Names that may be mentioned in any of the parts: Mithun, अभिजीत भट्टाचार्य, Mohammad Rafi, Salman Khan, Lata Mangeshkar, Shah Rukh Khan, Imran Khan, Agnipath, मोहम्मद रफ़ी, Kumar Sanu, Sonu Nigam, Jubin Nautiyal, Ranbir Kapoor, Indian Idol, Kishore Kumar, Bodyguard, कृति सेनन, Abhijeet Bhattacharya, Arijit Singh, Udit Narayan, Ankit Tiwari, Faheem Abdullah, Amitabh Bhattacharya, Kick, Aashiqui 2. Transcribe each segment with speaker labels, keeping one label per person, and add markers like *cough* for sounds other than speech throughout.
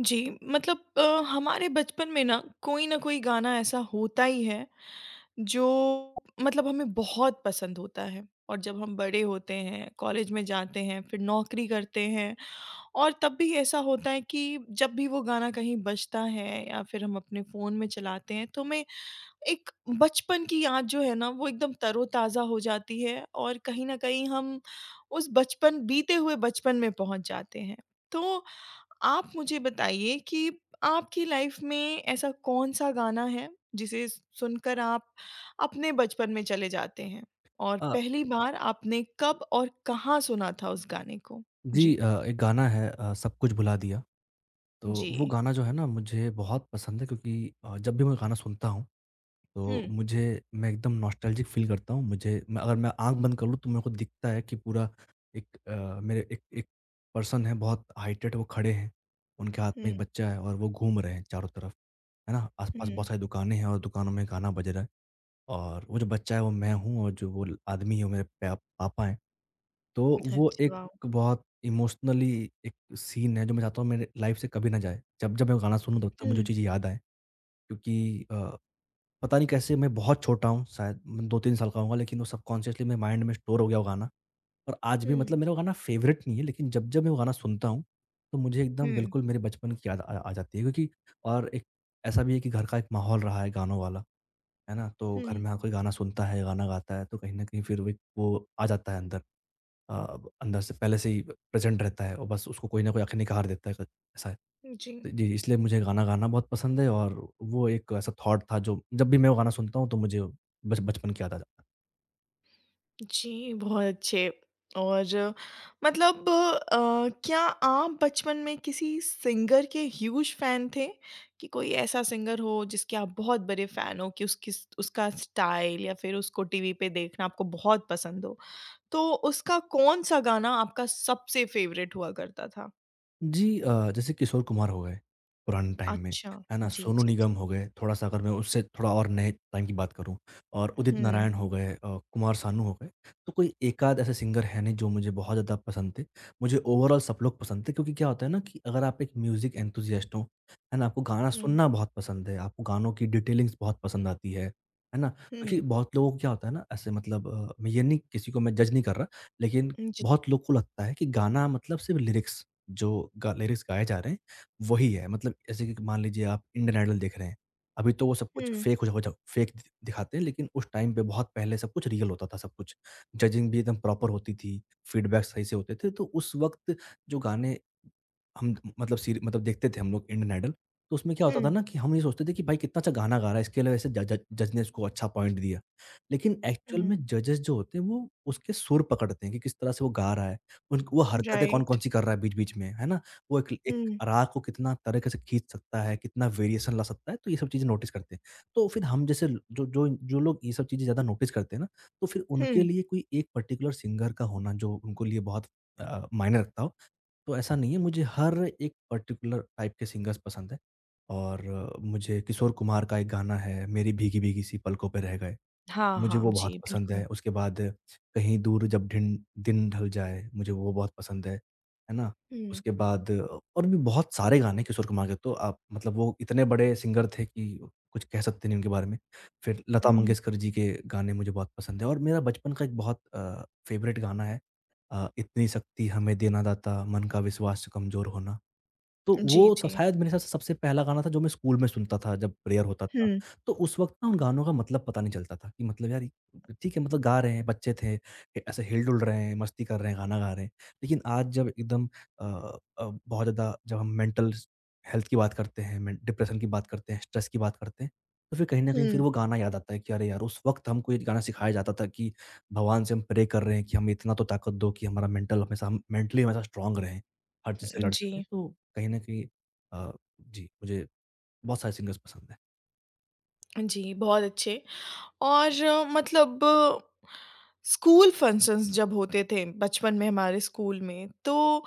Speaker 1: जी मतलब हमारे बचपन में ना कोई गाना ऐसा होता ही है जो मतलब हमें बहुत पसंद होता है और जब हम बड़े होते हैं कॉलेज में जाते हैं फिर नौकरी करते हैं और तब भी ऐसा होता है कि जब भी वो गाना कहीं बजता है या फिर हम अपने फ़ोन में चलाते हैं तो हमें एक बचपन की याद जो है ना वो एकदम तरोताज़ा हो जाती है और कहीं न कहीं हम उस बचपन बीते हुए बचपन में पहुँच जाते हैं। तो आप मुझे बताइए कि आपकी लाइफ़ में ऐसा कौन-सा गाना है जिसे सुनकर आप अपने बचपन में चले जाते हैं? और
Speaker 2: अ,
Speaker 1: पहली बार आपने कब और कहाँ सुना था उस गाने को?
Speaker 2: जी
Speaker 1: जी।
Speaker 2: एक गाना है सब कुछ भुला दिया। तो
Speaker 1: जी।
Speaker 2: वो गाना जो है ना मुझे बहुत पसंद है क्योंकि जब भी मैं गाना सुनता हूँ तो
Speaker 1: हुँ,
Speaker 2: मुझे मैं एकदम नॉस्टैल्जिक फील करता हूँ। मुझे मैं अगर मैं आँख बंद कर लूँ तो मेरे को दिखता है कि पूरा एक मेरे एक एक पर्सन है, बहुत हाइटेड वो खड़े हैं, उनके हाथ में एक
Speaker 1: हुँ,
Speaker 2: बच्चा है और वो घूम रहे हैं चारों तरफ, है ना? आसपास
Speaker 1: हुँ।
Speaker 2: बहुत सारी दुकानें हैं और दुकानों में गाना बज रहा है। और वो जो बच्चा है वो मैं हूँ और जो वो आदमी है वो मेरे पापा हैं। तो
Speaker 1: अच्छा,
Speaker 2: वो एक
Speaker 1: वाह!
Speaker 2: बहुत इमोशनली एक सीन है जो मैं चाहता हूँ मेरे लाइफ से कभी ना जाए। जब-जब मैं वो गाना सुनूँ तब तक मुझे वो
Speaker 1: हुँ,
Speaker 2: चीज़ें याद आएँ। क्योंकि पता नहीं कैसे, मैं बहुत छोटा हूँ, शायद मैं 2-3 साल का होऊँगा, लेकिन वो सबकॉन्शियसली मेरे माइंड में स्टोर हो गया वो गाना। और आज भी
Speaker 1: हुँ,
Speaker 2: मतलब मेरा वो गाना फ़ेवरेट नहीं है, लेकिन जब-जब मैं वो गाना सुनता हूँ, तो मुझे एकदम
Speaker 1: हुँ,
Speaker 2: बिल्कुल मेरे बचपन की याद आ आ जाती है। क्योंकि और एक ऐसा भी है कि घर का एक माहौल रहा है गानों वाला, है ना? तो घर
Speaker 1: हुँ।
Speaker 2: में हर कोई गाना सुनता है, गाना गाता है, तो कहीं न कहीं फिर वो एक वो आ जाता है अंदर। अंदर से पहले से ही प्रेज़ेंट रहता है और बस उसको कोई न कोई आके निखार देता है। ऐसा है।
Speaker 1: जी।
Speaker 2: तो जी, इसलिए मुझे गाना गाना बहुत पसंद है। और वो एक ऐसा थॉट था जो जब भी मैं वो गाना सुनता हूँ तो मुझे बच बचपन की याद आ जा।
Speaker 1: जी, बहुत अच्छे। और मतलब क्या आप बचपन में किसी सिंगर के ह्यूज फैन थे? कि कोई ऐसा सिंगर हो जिसके आप बहुत बड़े फैन हो कि उसकी उसका स्टाइल या फिर उसको टीवी पे देखना आपको बहुत पसंद हो? तो उसका कौन-सा गाना आपका सबसे फ़ेवरेट हुआ करता था?
Speaker 2: जी जैसे किशोर कुमार हो गए, पुराने टाइम में,
Speaker 1: अच्छा।
Speaker 2: है ना?
Speaker 1: जी,
Speaker 2: सोनू
Speaker 1: जी,
Speaker 2: निगम
Speaker 1: जी।
Speaker 2: हो गए, थोड़ा-सा अगर मैं उससे थोड़ा और नए टाइम की बात करूँ और उदित
Speaker 1: हुँ,
Speaker 2: नारायण हो गए, कुमार सानू हो गए, तो कोई एकाध ऐसे सिंगर हैं नहीं जो मुझे बहुत ज़्यादा पसंद थे। मुझे ओवरऑल सब लोग पसंद थे। क्योंकि क्या होता है ना कि अगर आप एक म्यूज़िक एंथुसियास्ट हो, है ना? आपको गाना
Speaker 1: हुँ,
Speaker 2: सुनना बहुत पसंद है, आपको गानों की डिटेलिंग्स बहुत पसंद आती है ना? क्योंकि
Speaker 1: हुँ,
Speaker 2: बहुत लोगों को क्या होता है ना, ऐसे मतलब मैं ये नहीं, किसी को मैं जज नहीं कर रहा, लेकिन
Speaker 1: जी।
Speaker 2: बहुत लोग को लगता है कि गाना मतलब सिर्फ़ लिरिक्स, जो गा लिरिक्स गाए जा रहे हैं, वही है। मतलब जैसे कि मान लीजिए आप इंडियन आइडल देख रहे हैं, अभी तो वो सब कुछ
Speaker 1: हुँ,
Speaker 2: फेक हो जा फेक दि दिखाते हैं, लेकिन उस टाइम पे बहुत पहले सब कुछ रियल होता था, सब कुछ। जजिंग भी एकदम प्रॉपर होती थी, फीडबैक सही से होते थे, तो उस वक़्त जो गाने हम मतलब सीर मतलब देखते थे हम लोग इंडियन आइडल, तो उसमें क्या होता था
Speaker 1: हुँ,
Speaker 2: ना कि हम ये सोचते थे कि भाई कितना अच्छा गाना गा रहा है, इसके लिए वैसे जज जज ने इसको अच्छा पॉइंट दिया। लेकिन एक्चुअल में
Speaker 1: हुँ,
Speaker 2: जजेस जो होते हैं वो उसके सुर पकड़ते हैं कि किस तरह से वो गा रहा है, उन वो हरकतें
Speaker 1: राइट।
Speaker 2: कौन-कौन सी कर रहा है बीच-बीच में, है ना? वो एक एक
Speaker 1: हुँ,
Speaker 2: राग को कितना तरीके से खींच सकता है, कितना वेरिएशन ला सकता है, तो ये सब चीज़ें नोटिस करते हैं। तो फिर हम जैसे जो जो जो लोग ये सब चीज़ें ज़्यादा नोटिस करते हैं ना, तो फिर
Speaker 1: हुँ।
Speaker 2: उनके लिए कोई एक पर्टिकुलर सिंगर का होना जो उनको लिए बहुत मायने रखता हो, तो ऐसा नहीं है। मुझे हर एक पर्टिकुलर टाइप के सिंगर्स पसंद हैं। और मुझे किशोर कुमार का एक गाना है, मेरी भीगी-भीगी सी पलकों पे रह गए।
Speaker 1: हाँ,
Speaker 2: मुझे
Speaker 1: हाँ।
Speaker 2: वो बहुत
Speaker 1: जी,
Speaker 2: पसंद
Speaker 1: बिल्कुल।
Speaker 2: है। उसके बाद कहीं दूर जब ढिन दिन ढल जाए, मुझे वो बहुत पसंद है। है ना?
Speaker 1: हुँ,
Speaker 2: उसके बाद और भी बहुत सारे गाने किशोर कुमार के, तो आप मतलब वो इतने बड़े सिंगर थे कि कुछ कह सकते नहीं उनके बारे में। फिर लता
Speaker 1: हुँ।
Speaker 2: मंगेशकर जी के गाने मुझे बहुत पसंद है। और मेरा बचपन का एक बहुत फ़ेवरेट गाना है, इतनी शक्ति हमें देना दाता, मन का विश्वास कमज़ोर होना। तो
Speaker 1: जी,
Speaker 2: वो स
Speaker 1: जी।
Speaker 2: शायद मेरे हिसाब से सबसे पहला गाना था जो मैं स्कूल में सुनता था जब प्रेयर होता था।
Speaker 1: हुँ,
Speaker 2: तो उस वक़्त ना उन गानों का मतलब पता नहीं चलता था कि मतलब यार ठीक है मतलब गा रहे हैं, बच्चे थे, ऐसे हिल-डुल रहे हैं, मस्ती कर रहे हैं, गाना गा रहे हैं। लेकिन आज जब एकदम बहुत ज़्यादा जब हम मेंटल हेल्थ की बात करते हैं, में डिप्रेशन की बात करते हैं, स्ट्रेस की बात करते हैं, तो फिर कहीं न कहीं फिर
Speaker 1: हुँ,
Speaker 2: वो गाना याद आता है कि अरे यार उस वक़्त हमको ये गाना सिखाया जाता था कि भगवान से हम प्रे कर रहे हैं कि हमें इतना तो ताकत दो कि हमारा मेंटल हमेशा हम मेंटली हमेशा स्ट्रॉन्ग रहें। हर चीज़ से लड़ सकें।
Speaker 1: जी,
Speaker 2: तो कहीं न कहीं अ, जी, मुझे बहुत सारे सिंगर्स पसंद हैं।
Speaker 1: जी, बहुत अच्छे। और मतलब स्कूल फंक्शंस जब होते थे बचपन में हमारे स्कूल में, तो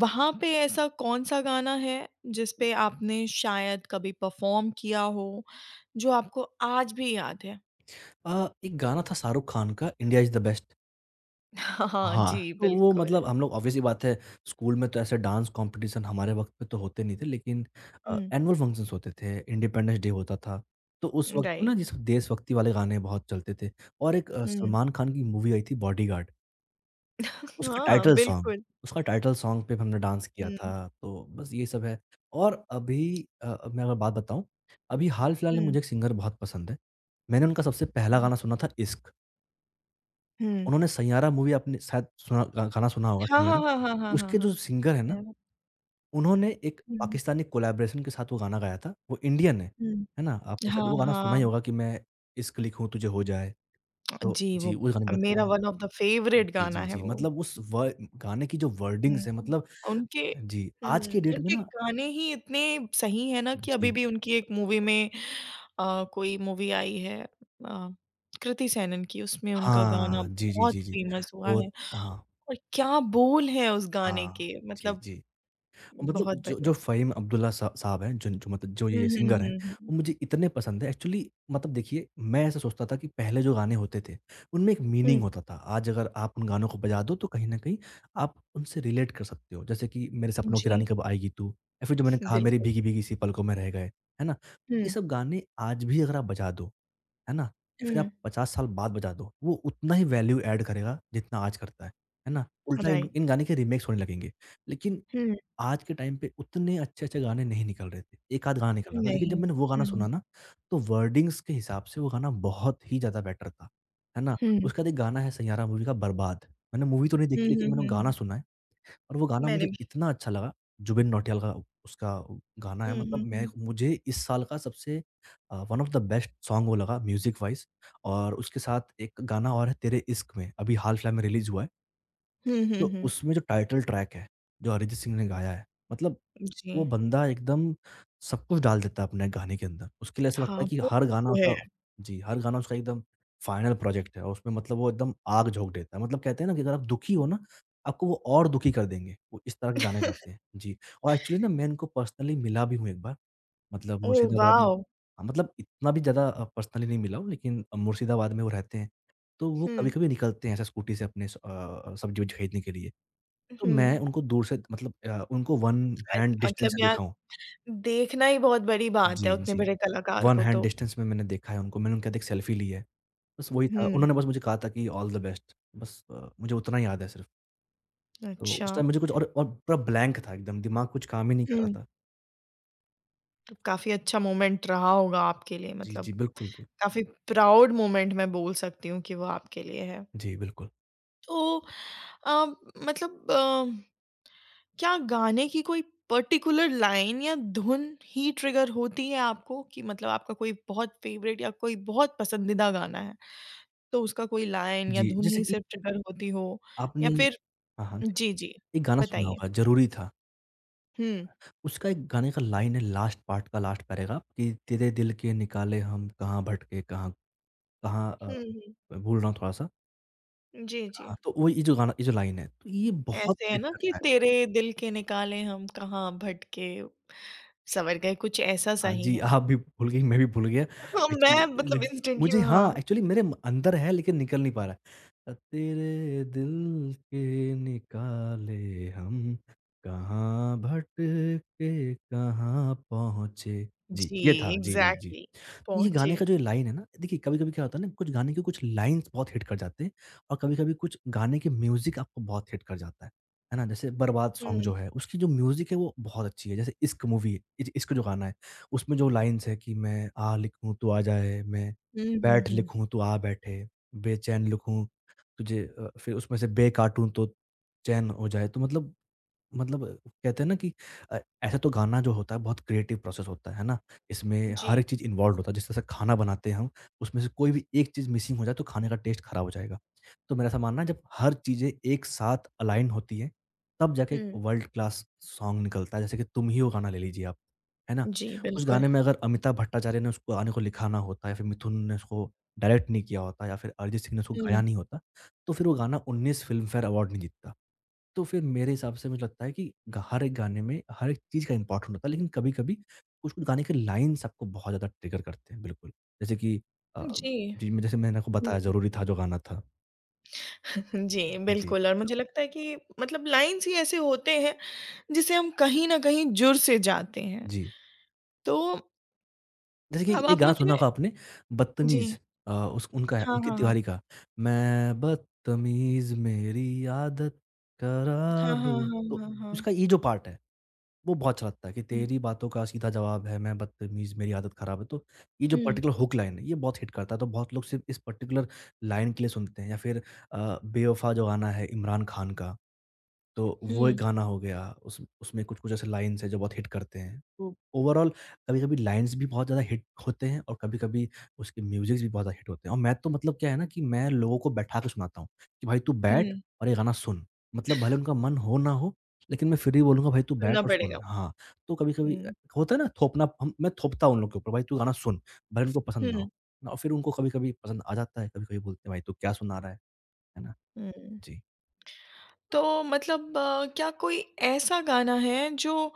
Speaker 1: वहाँ पे ऐसा कौन-सा गाना है जिस पे आपने शायद कभी परफ़ॉर्म किया हो, जो आपको आज भी याद है?
Speaker 2: एक गाना था शाहरुख खान का, इंडिया इज़ द बेस्ट।
Speaker 1: *laughs* हाँ,
Speaker 2: हाँ।
Speaker 1: जी,
Speaker 2: तो वो
Speaker 1: बिल्कुल।
Speaker 2: मतलब हम लोग ऑब्वियसली बात है, स्कूल में तो ऐसे डांस कॉम्पिटिशन हमारे वक़्त पे तो होते नहीं थे, लेकिन
Speaker 1: हुँ,
Speaker 2: एनुअल फंक्शंस होते थे, इंडिपेंडेंस डे होता था। तो उस वक़्त ना
Speaker 1: राइट।
Speaker 2: जिस देशभक्ति वाले गाने बहुत चलते थे। और एक
Speaker 1: हुँ,
Speaker 2: सलमान खान की मूवी आई थी, बॉडीगार्ड। उसका
Speaker 1: हाँ,
Speaker 2: टाइटल सॉन्ग
Speaker 1: बिल्कुल।
Speaker 2: उसका टाइटल सॉन्ग पे हमने डांस किया
Speaker 1: हुँ,
Speaker 2: था, तो बस ये सब है। और अभी अब मैं अगर बात बताऊँ, अभी हाल-फिलहाल में
Speaker 1: हुँ,
Speaker 2: मुझे एक सिंगर बहुत पसंद है। मैंने उनका सबसे पहला
Speaker 1: जी,
Speaker 2: गाना सुना था, इश्क।
Speaker 1: हुँ।
Speaker 2: उन्होंने सैयारा मूवी आपने शायद सुना गा गाना सुना होगा
Speaker 1: हाँ, हाँ,
Speaker 2: सैयारा।
Speaker 1: हाँ, हाँ, हाँ, हाँ,
Speaker 2: उसके जो सिंगर है ना,
Speaker 1: हाँ।
Speaker 2: उन्होंने एक
Speaker 1: हुँ,
Speaker 2: पाकिस्तानी कोलैबोरेशन के साथ वो गाना गाया था। वो इंडियन
Speaker 1: हुँ।
Speaker 2: है ना? आपने शायद
Speaker 1: हाँ,
Speaker 2: वो गाना सुना ही
Speaker 1: हाँ।
Speaker 2: होगा कि मैं इश्क लिखूँ तुझे हो जाए। तो
Speaker 1: जी, वो
Speaker 2: जी, वो गाने की बात कर रहा
Speaker 1: मेरा
Speaker 2: हूँ।
Speaker 1: वन ऑफ द फेवरेट
Speaker 2: जी,
Speaker 1: गाना
Speaker 2: जी,
Speaker 1: है
Speaker 2: जी।
Speaker 1: वो।
Speaker 2: मतलब उस व गाने की जो वर्डिंग्स है
Speaker 1: हुँ,
Speaker 2: मतलब,
Speaker 1: उनके
Speaker 2: जी,
Speaker 1: हुँ,
Speaker 2: आज की डेट में
Speaker 1: उनके
Speaker 2: ना,
Speaker 1: गाने ही इतने सही हैं ना कि अभी
Speaker 2: जी,
Speaker 1: भी उनकी एक मूवी में कोई मूवी आई है कृति सेनन की, उसमें उनका गाना
Speaker 2: हाँ, जी, जी,
Speaker 1: बहुत
Speaker 2: जी, जी।
Speaker 1: फेमस हुआ
Speaker 2: वो,
Speaker 1: है
Speaker 2: हाँ,
Speaker 1: और क्या बोल हैं उस गाने
Speaker 2: हाँ,
Speaker 1: के,
Speaker 2: जी,
Speaker 1: मतलब
Speaker 2: जी। और मतलब
Speaker 1: बहुत
Speaker 2: जो
Speaker 1: बढ़िया।
Speaker 2: जो फ़हीम अब्दुल्ला सा साहब हैं, जो जो मतलब जो
Speaker 1: हुँ,
Speaker 2: ये
Speaker 1: हुँ,
Speaker 2: सिंगर हैं,
Speaker 1: हुँ,
Speaker 2: वो मुझे इतने पसंद हैं एक्चुअली। मतलब देखिए, मैं ऐसा सोचता था कि पहले जो गाने होते थे, उनमें एक
Speaker 1: हुँ, हुँ,
Speaker 2: मीनिंग होता था। आज अगर आप उन गानों को बजा दो, तो कहीं न कहीं आप उनसे रिलेट कर सकते हो। जैसे कि मेरे सपनों की
Speaker 1: जी,
Speaker 2: रानी कब आएगी तू, या फिर जो मैंने कहा, मेरी
Speaker 1: बिल्कुल।
Speaker 2: भीगी-भीगी सी पलकों में रह गए, है ना? ये
Speaker 1: हुँ,
Speaker 2: सब गाने आज भी अगर आप बजा दो, है ना? या फिर आप
Speaker 1: हुँ,
Speaker 2: 50 साल बाद बजा दो, वो उतना ही वैल्यू ऐड करेगा जितना आज करता है ना? उल्टा इन इन
Speaker 1: राइट।
Speaker 2: गाने के रीमेक्स होने लगेंगे। लेकिन
Speaker 1: हुँ,
Speaker 2: आज के टाइम पे उतने अच्छे-अच्छे गाने नहीं निकल रहे थे, एक-आध गाना निकल रहा था, लेकिन जब
Speaker 1: नहीं।
Speaker 2: मैंने वो गाना
Speaker 1: हुँ,
Speaker 2: सुना ना, तो वर्डिंग्स के हिसाब से वो गाना बहुत ही ज़्यादा बेटर था, है ना?
Speaker 1: हुँ,
Speaker 2: उसके बाद एक गाना है सैयारा मूवी का, बर्बाद। मैंने मूवी तो नहीं
Speaker 1: हुँ,
Speaker 2: देखी लेकिन
Speaker 1: हुँ,
Speaker 2: मैंने वो
Speaker 1: हुँ,
Speaker 2: गाना
Speaker 1: हुँ,
Speaker 2: सुना है। और वो गाना
Speaker 1: मैंने
Speaker 2: मुझे
Speaker 1: भी
Speaker 2: इतना अच्छा लगा, जुबिन नौटियाल का उसका गाना है।
Speaker 1: हुँ,
Speaker 2: मतलब
Speaker 1: हुँ,
Speaker 2: मैं
Speaker 1: हुँ।
Speaker 2: मुझे इस साल का सबसे one of the best song वो लगा, म्यूज़िक वाइज़। और उसके साथ एक गाना और है, तेरे इश्क में, अभी हाल-फिलहाल में रिलीज़ हुआ है।
Speaker 1: हुँ, हुँ,
Speaker 2: तो
Speaker 1: हुँ।
Speaker 2: उसमें जो टाइटल ट्रैक है, जो अरिजीत सिंह ने गाया है, मतलब वो
Speaker 1: जी,
Speaker 2: बंदा एकदम सब कुछ डाल देता है अपने गाने के अंदर। उसके लिए ऐसा लगता
Speaker 1: हाँ,
Speaker 2: है कि
Speaker 1: वो
Speaker 2: हर गाना
Speaker 1: तो है।
Speaker 2: उसका, जी, हर गाना उसका एकदम फाइनल प्रोजेक्ट है और उसमें मतलब वो एकदम आग झोंक देता है। मतलब कहते हैं ना कि अगर आप दुखी हो ना, आपको वो और दुखी कर देंगे। वो इस तरह के गाने गाते हैं।
Speaker 1: *laughs*
Speaker 2: जी, और एक्चुअली ना मैं इनको पर्सनली मिला भी हूँ एक बार, मतलब
Speaker 1: ओह
Speaker 2: मुर्शिदाबाद में।
Speaker 1: वाओ!
Speaker 2: हाँ, मतलब इतना भी ज़्यादा पर्सनली नहीं मिला हूँ, लेकिन मुर्शिदाबाद में वो रहते हैं। तो वो
Speaker 1: हुँ,
Speaker 2: कभी-कभी निकलते हैं ऐसे स्कूटी से अपने स सब्जी-वब्जी खरीदने के लिए। तो मैं
Speaker 1: हुँ।
Speaker 2: उनको दूर से मतलब उनको वन
Speaker 1: अ,
Speaker 2: हैंड डिस्टेंस
Speaker 1: मतलब
Speaker 2: से
Speaker 1: यार
Speaker 2: देखा हूँ।
Speaker 1: देखना ही बहुत बड़ी बात है
Speaker 2: जी,
Speaker 1: उतने
Speaker 2: जी।
Speaker 1: बड़े कलाकार
Speaker 2: वन
Speaker 1: को
Speaker 2: हैंड
Speaker 1: तो।
Speaker 2: डिस्टेंस में मैंने देखा है उनको, मैंने उनके साथ एक सेल्फी ली है। बस वही था,
Speaker 1: हुँ,
Speaker 2: उन्होंने बस मुझे कहा था कि ऑल द बेस्ट, बस मुझे उतना ही याद है सिर्फ़। तो
Speaker 1: अच्छा।
Speaker 2: उस टाइम मुझे कुछ और पूरा ब्लैंक था एकदम, दिमाग कुछ काम ही नहीं कर
Speaker 1: हुँ,
Speaker 2: रहा था।
Speaker 1: तो काफ़ी अच्छा मोमेंट रहा होगा आपके लिए
Speaker 2: जी,
Speaker 1: मतलब
Speaker 2: जी, बिल्कुल, बिल्कुल।
Speaker 1: काफ़ी प्राउड मोमेंट मैं बोल सकती हूँ कि वो आपके लिए है।
Speaker 2: जी, बिल्कुल।
Speaker 1: तो अ, मतलब क्या गाने की कोई पर्टिकुलर लाइन या धुन ही ट्रिगर होती है आपको कि मतलब आपका कोई बहुत फेवरेट या कोई बहुत पसंदीदा गाना है, तो उसका कोई लाइन या
Speaker 2: जी,
Speaker 1: धुन
Speaker 2: जैसे
Speaker 1: ही
Speaker 2: कि
Speaker 1: सिर्फ ट्रिगर होती हो या
Speaker 2: आपने,
Speaker 1: फिर
Speaker 2: हाँ, हाँ, जी,
Speaker 1: जी, जी,
Speaker 2: एक गाना सुना
Speaker 1: बताइए?
Speaker 2: होगा, ज़रूरी था।
Speaker 1: हुँ,
Speaker 2: उसका एक गाने का लाइन है, लास्ट पार्ट का लास्ट पैराग्राफ, कि तेरे दिल के निकाले हम कहाँ भटके, कहाँ कहाँ
Speaker 1: हुँ, हुँ।
Speaker 2: भूल रहा हूँ थोड़ा-सा।
Speaker 1: जी, जी।
Speaker 2: हाँ, तो वो ये जो गाना ये जो लाइन है, तो ये बहुत
Speaker 1: ऐसे है
Speaker 2: हिट
Speaker 1: ना कि
Speaker 2: करता है।
Speaker 1: तेरे दिल के निकाले हम कहाँ भटके संवर गए, कुछ ऐसा-सा
Speaker 2: हाँ
Speaker 1: ही
Speaker 2: जी,
Speaker 1: है।
Speaker 2: आप भी भूल गई, मैं भी भूल गया।
Speaker 1: हाँ, मैं
Speaker 2: एक्चुअली
Speaker 1: मतलब इंस्टेंटली
Speaker 2: मुझे हाँ,
Speaker 1: हाँ,
Speaker 2: एक्चुअली मेरे म अंदर है लेकिन निकल नहीं पा रहा है। तेरे दिल के निकाले हम कहाँ भटके कहाँ पहुँचे। जी,
Speaker 1: जी,
Speaker 2: ये था। जी, जी, जी।
Speaker 1: एग्ज़ैक्टली
Speaker 2: तो ये गाने
Speaker 1: पहुँचे।
Speaker 2: का जो लाइन है ना, देखिए कभी-कभी क्या होता है ना, कुछ गाने के कुछ लाइन्स बहुत हिट कर जाते हैं और कभी-कभी कुछ गाने के म्यूज़िक आपको बहुत हिट कर जाता है। है ना? जैसे बर्बाद सॉन्ग
Speaker 1: हुँ।
Speaker 2: जो है, उसकी जो म्यूज़िक है वो बहुत अच्छी है। जैसे इश्क मूवी है, इज इश्क जो गाना है, उसमें जो लाइन्स है कि मैं आ लिखूँ तू आ जाए, मैं
Speaker 1: हुँ, हुँ,
Speaker 2: बैठ
Speaker 1: हुँ।
Speaker 2: लिखूँ तू आ बैठे, बेचैन लिखूँ तुझे फिर उसमें से बे काटूँ तो चैन हो जाए। तो मतलब कहते हैं ना कि अ, ऐसा तो गाना जो होता है बहुत क्रिएटिव प्रोसेस होता है ना? इसमें
Speaker 1: जी।
Speaker 2: हर एक चीज़ इन्वॉल्वड होता है, जिस तरह से खाना बनाते हैं हम, उसमें से कोई भी एक चीज़ मिसिंग हो जाए तो खाने का टेस्ट खराब हो जाएगा। तो मेरा ऐसा मानना है जब हर चीज़ें एक साथ अलाइन होती हैं, तब जाके एक
Speaker 1: हुँ।
Speaker 2: वर्ल्ड क्लास सॉन्ग निकलता है, जैसे कि तुम ही हो गाना ले लीजिए आप, है ना?
Speaker 1: जी,
Speaker 2: उस
Speaker 1: बिल्कुल।
Speaker 2: गाने में अगर अमिताभ भट्टाचार्य ने उसको गाने को लिखा ना होता या फिर मिथुन ने उसको डायरेक्ट नहीं किया होता या फिर अरिजीत सिंह ने उसको गाया
Speaker 1: हुँ।
Speaker 2: नहीं होता, तो फिर वो गाना 19 फ़िल्म फेयर अवार्ड नहीं जीतता। तो फिर मेरे हिसाब से मुझे लगता है कि ग हर एक गाने में हर एक चीज़ का इम्पोर्टेंट होता है, लेकिन कभी-कभी कुछ-कुछ गाने के लाइन्स आपको बहुत ज़्यादा ट्रिगर करते हैं, बिल्कुल। जैसे कि अ,
Speaker 1: जी।
Speaker 2: जी, मैं जैसे मैंने आपको
Speaker 1: हुँ,
Speaker 2: बताया ज़रूरी था जो गाना था।
Speaker 1: *laughs* जी,
Speaker 2: जी,
Speaker 1: बिल्कुल और मुझे लगता है कि मतलब लाइन्स ही ऐसे होते हैं, जिससे हम कहीं न कहीं जुड़ से जाते हैं।
Speaker 2: जी।
Speaker 1: तो
Speaker 2: जैसे कि
Speaker 1: अब
Speaker 2: एक
Speaker 1: आप
Speaker 2: गाना सुना
Speaker 1: मुझे
Speaker 2: होगा आपने
Speaker 1: जी।
Speaker 2: बदतमीज़। उस उनका है,
Speaker 1: हाँ,
Speaker 2: अंकित
Speaker 1: हाँ, हाँ।
Speaker 2: तिवारी का। मैं बदतमीज़ मेरी आदत
Speaker 1: हाँ,
Speaker 2: शराब।
Speaker 1: हाँ, हाँ,
Speaker 2: तो
Speaker 1: हाँ, हाँ।
Speaker 2: उसका ये जो पार्ट है वो बहुत चलाता है कि
Speaker 1: हुँ,
Speaker 2: तेरी बातों का सीधा जवाब है, मैं बदतमीज़, मेरी आदत ख़राब है। तो ये जो
Speaker 1: हुँ,
Speaker 2: पर्टिकुलर हुक लाइन है, ये बहुत हिट करता है। तो बहुत लोग सिर्फ़ इस पर्टिकुलर लाइन के लिए सुनते हैं या फिर बेवफ़ा जो गाना है इमरान खान का, तो वो एक
Speaker 1: हुँ,
Speaker 2: गाना हो गया, उस उसमें कुछ-कुछ ऐसे लाइन्स हैं जो बहुत हिट करते हैं। तो ओवरऑल कभी-कभी लाइन्स भी बहुत ज़्यादा हिट होते हैं और कभी-कभी उसके म्यूज़िक्स भी बहुत ज़्यादा हिट होते हैं और मैं तो मतलब क्या है ना कि मैं लोगों को बैठा के सुनाता हूँ कि भाई तू बैठ
Speaker 1: हुँ।
Speaker 2: और ये गाना सुन। मतलब भले उनका मन हो ना हो, लेकिन मैं फिर भी बोलूँगा भाई तू
Speaker 1: सुनना
Speaker 2: बैठ और सुन।
Speaker 1: पड़ेगा।
Speaker 2: हाँ, तो कभी-कभी
Speaker 1: हुँ,
Speaker 2: होता है ना थोपना हम मैं थोपता हूँ उन लोग के ऊपर भाई तू गाना सुन, भले उनको पसंद ना हो।
Speaker 1: हुँ,
Speaker 2: ना, और फिर उनको कभी-कभी पसंद आ जाता है, कभी-कभी बोलते हैं भाई तू क्या सुना रहा है ना?
Speaker 1: हुँ।
Speaker 2: जी।
Speaker 1: तो मतलब क्या कोई ऐसा गाना है जो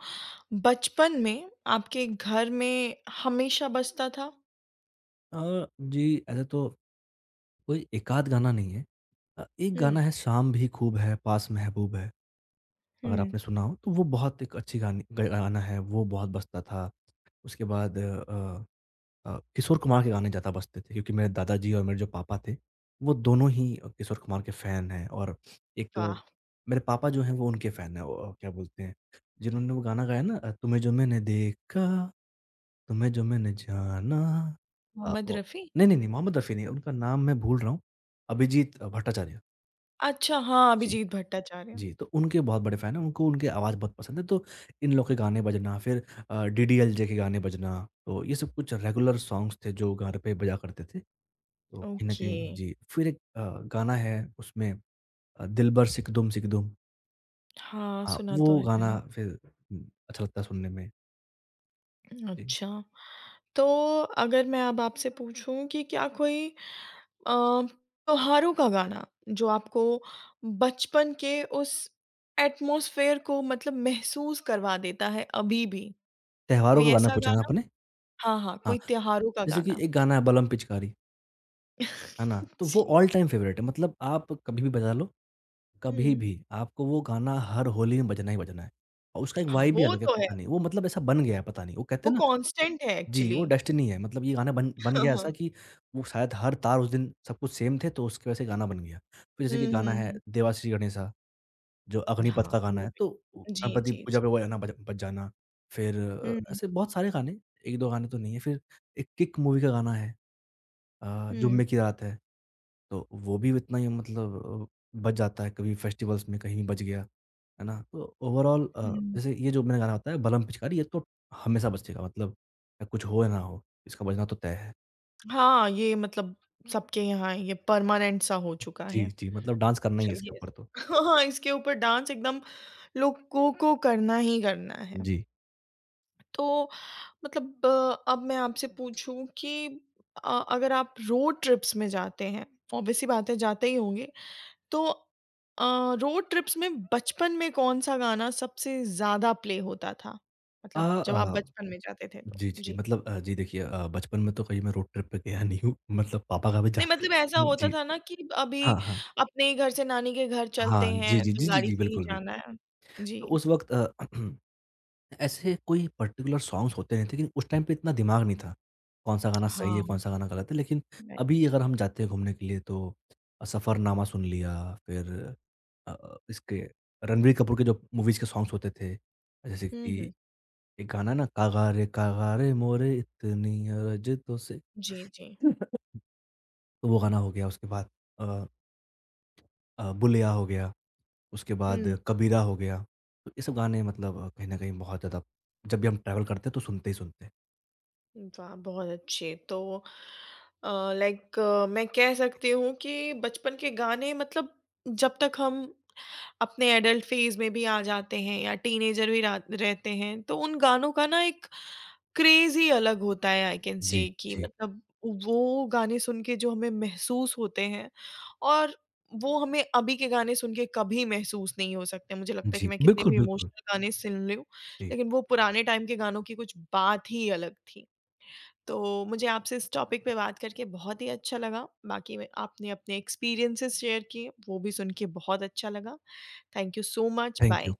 Speaker 1: बचपन में आपके घर में हमेशा बजता था?
Speaker 2: जी ऐसे तो कोई एकाध गाना नहीं है। एक
Speaker 1: हुँ,
Speaker 2: गाना है शाम भी खूब है पास महबूब है, अगर
Speaker 1: हुँ।
Speaker 2: आपने सुना हो तो वो बहुत एक अच्छी गानी ग गाना है, वो बहुत बजता था। उसके बाद किशोर कुमार के गाने ज़्यादा बजते थे क्योंकि मेरे दादाजी और मेरे जो पापा थे, वो दोनों ही किशोर कुमार के फ़ैन हैं और एक अ,
Speaker 1: वाह!
Speaker 2: मेरे पापा जो हैं वो उनके फ़ैन हैं, वो क्या बोलते हैं, जिन्होंने वो गाना गाया ना, तुम्हें जो मैंने देखा तुम्हें जो मैंने जाना,
Speaker 1: मोहम्मद
Speaker 2: वो
Speaker 1: रफ़ी?
Speaker 2: नहीं, नहीं, नहीं, मोहम्मद रफ़ी नहीं, उनका नाम मैं भूल रहा हूँ। अभिजीत भट्टाचार्य।
Speaker 1: अच्छा, हाँ,
Speaker 2: जी,
Speaker 1: अभिजीत भट्टाचार्य।
Speaker 2: जी, तो उनके बहुत बड़े फ़ैन हैं, उनको उनकी आवाज़ बहुत पसंद है, तो इन लोग के गाने बजना, फिर डीडीएलजे के गाने बजना, तो ये सब कुछ रेगुलर सॉन्ग्स थे जो घर पे बजा करते थे। तो कहीं न
Speaker 1: ओके।
Speaker 2: कहीं जी, फिर एक गाना है उसमें दिलबर सिकदुम सिकदुम।
Speaker 1: हाँ,
Speaker 2: हाँ,
Speaker 1: सुना तो
Speaker 2: वो
Speaker 1: है
Speaker 2: गाना
Speaker 1: मैंने।
Speaker 2: फिर अच्छा लगता है सुनने में। जी,
Speaker 1: अच्छा, तो अगर मैं अब आपसे पूछूँ कि क्या कोई अ, त्योहारों का गाना जो आपको बचपन के उस एटमॉस्फेयर को मतलब महसूस करवा देता है अभी भी?
Speaker 2: त्योहारों
Speaker 1: कोई
Speaker 2: का गाना
Speaker 1: ऐसा
Speaker 2: पूछा ना
Speaker 1: गाना?
Speaker 2: आपने?
Speaker 1: हाँ, हाँ,
Speaker 2: हाँ,
Speaker 1: कोई त्योहारों का
Speaker 2: जैसे कि
Speaker 1: गाना।
Speaker 2: एक गाना है बलम पिचकारी। है ना?
Speaker 1: *laughs*
Speaker 2: तो वो
Speaker 1: जी।
Speaker 2: ऑल टाइम फेवरेट है, मतलब आप कभी भी बजा लो,
Speaker 1: हुँ।
Speaker 2: कभी भी, आपको वो गाना हर होली में बजना ही बजना है। और उसका एक
Speaker 1: हाँ,
Speaker 2: वाइब ही
Speaker 1: वो
Speaker 2: अलग है,
Speaker 1: तो है।
Speaker 2: पता नहीं, वो मतलब ऐसा बन गया है, पता नहीं। वो कहते
Speaker 1: वो
Speaker 2: हैं ना।
Speaker 1: कांस्टेंट है
Speaker 2: जी, वो
Speaker 1: एक्चुअली। *laughs*
Speaker 2: डेस्टिनी है, मतलब ये गाना बन बन
Speaker 1: हाँ,
Speaker 2: गया ऐसा
Speaker 1: हाँ।
Speaker 2: कि वो शायद हर तार उस दिन सब कुछ सेम थे, तो उसकी वजह से गाना बन गया। फिर जैसे कि
Speaker 1: हुँ,
Speaker 2: गाना
Speaker 1: हुँ,
Speaker 2: है
Speaker 1: हुँ।
Speaker 2: देवाश्री गणेशा, जो अग्निपथ
Speaker 1: हाँ,
Speaker 2: का गाना
Speaker 1: वो
Speaker 2: है,
Speaker 1: भी।
Speaker 2: तो
Speaker 1: जी,
Speaker 2: गणपति
Speaker 1: जी,
Speaker 2: पूजा
Speaker 1: जी।
Speaker 2: पे वो गाना बज बज जाना। फिर
Speaker 1: हुँ,
Speaker 2: ऐसे बहुत सारे गाने, 1-2 गाने तो नहीं है। फिर एक किक मूवी का गाना है,
Speaker 1: हुँ,
Speaker 2: जुम्मे की रात है। तो वो भी उतना ही मतलब बच जाता है, कभी फेस्टिवल्स में कहीं बच गया, है ना? तो ओवरऑल
Speaker 1: हुँ।
Speaker 2: जैसे ये जो मैंने गाना बताया बलम पिचकारी, ये तो हमेशा बजेगा, मतलब कुछ हो या ना हो, इसका बजना तो तय है।
Speaker 1: हाँ, ये मतलब सबके यहाँ ये परमानेंट सा हो चुका
Speaker 2: जी,
Speaker 1: है।
Speaker 2: जी, मतलब डांस करना ही है इसके
Speaker 1: चलिए
Speaker 2: ऊपर तो।
Speaker 1: *laughs* हाँ, इसके ऊपर डांस एकदम लोगों को करना ही करना है।
Speaker 2: जी।
Speaker 1: तो मतलब अब मैं आपसे पूछूँ कि अगर आप रोड ट्रिप्स में जाते हैं, ऑब्वियस सी बात है जाते ही होंगे, तो रोड ट्रिप्स में बचपन में कौन-सा गाना सबसे ज़्यादा प्ले होता था?
Speaker 2: अ
Speaker 1: मतलब जब आप
Speaker 2: अ,
Speaker 1: बचपन में जाते थे तो?
Speaker 2: जी, जी,
Speaker 1: जी।
Speaker 2: मतलब जी देखिए बचपन में तो कहीं मैं रोड ट्रिप पे गया नहीं हूँ, *laughs* मतलब पापा का भी जा
Speaker 1: नहीं मतलब ऐसा होता
Speaker 2: जी,
Speaker 1: था ना कि अभी
Speaker 2: हाँ, हाँ।
Speaker 1: अपने ही घर से नानी के घर
Speaker 2: हाँ,
Speaker 1: चलते
Speaker 2: जी,
Speaker 1: हैं,
Speaker 2: जी,
Speaker 1: तो
Speaker 2: जी, जी,
Speaker 1: गाड़ी
Speaker 2: जी,
Speaker 1: से ही
Speaker 2: बिल्कुल,
Speaker 1: जाना
Speaker 2: बिल्कुल।
Speaker 1: है। जी।
Speaker 2: तो उस वक़्त *clears throat* ऐसे कोई पर्टिकुलर सॉन्ग्स होते नहीं थे लेकिन उस टाइम पे इतना दिमाग नहीं था, कौन-सा गाना सही है,
Speaker 1: हाँ,
Speaker 2: कौन-सा गाना गलत है। लेकिन
Speaker 1: राइट।
Speaker 2: अभी अगर हम जाते हैं घूमने के लिए तो सफ़रनामा सुन लिया, फिर इसके रणबीर कपूर के जो मूवीज़ के सॉन्ग्स होते थे, जैसे
Speaker 1: हुँ,
Speaker 2: कि
Speaker 1: हुँ।
Speaker 2: एक गाना है ना, कागा रे मोरे इतनी अरज तो से,
Speaker 1: जी, जी।
Speaker 2: तो वो गाना हो गया, उसके बाद अ बुलेया हो गया, उसके बाद
Speaker 1: हुँ।
Speaker 2: कबीरा हो गया। तो ये सब गाने मतलब कहीं न कहीं बहुत ज़्यादा जब भी हम ट्रैवल करते हैं तो सुनते ही सुनते हैं।
Speaker 1: वाह! बहुत अच्छे। तो लाइक मैं कह सकती हूँ कि बचपन के गाने मतलब जब तक हम अपने एडल्ट फेज़ में भी आ जाते हैं या टीनेजर भी रा रहते हैं, तो उन गानों का ना एक क्रेज़ ही अलग होता है आई कैन
Speaker 2: जी,
Speaker 1: से कि
Speaker 2: जी,
Speaker 1: मतलब वो गाने सुन के जो हमें महसूस होते हैं और वो हमें अभी के गाने सुन के कभी महसूस नहीं हो सकते। मुझे लगता है कि
Speaker 2: जी।
Speaker 1: मैं कितने
Speaker 2: बिल्कुल,
Speaker 1: भी
Speaker 2: बिल्कुल।
Speaker 1: इमोशनल गाने सुन लूँ,
Speaker 2: जी,
Speaker 1: लेकिन वो पुराने टाइम के गानों की कुछ बात ही अलग थी। तो मुझे आपसे इस टॉपिक पे बात करके बहुत ही अच्छा लगा। बाकी में आपने अपने एक्सपीरियंसेस शेयर किए, वो भी सुन के बहुत अच्छा लगा। Thank you so much.
Speaker 2: Thank you.
Speaker 1: Bye.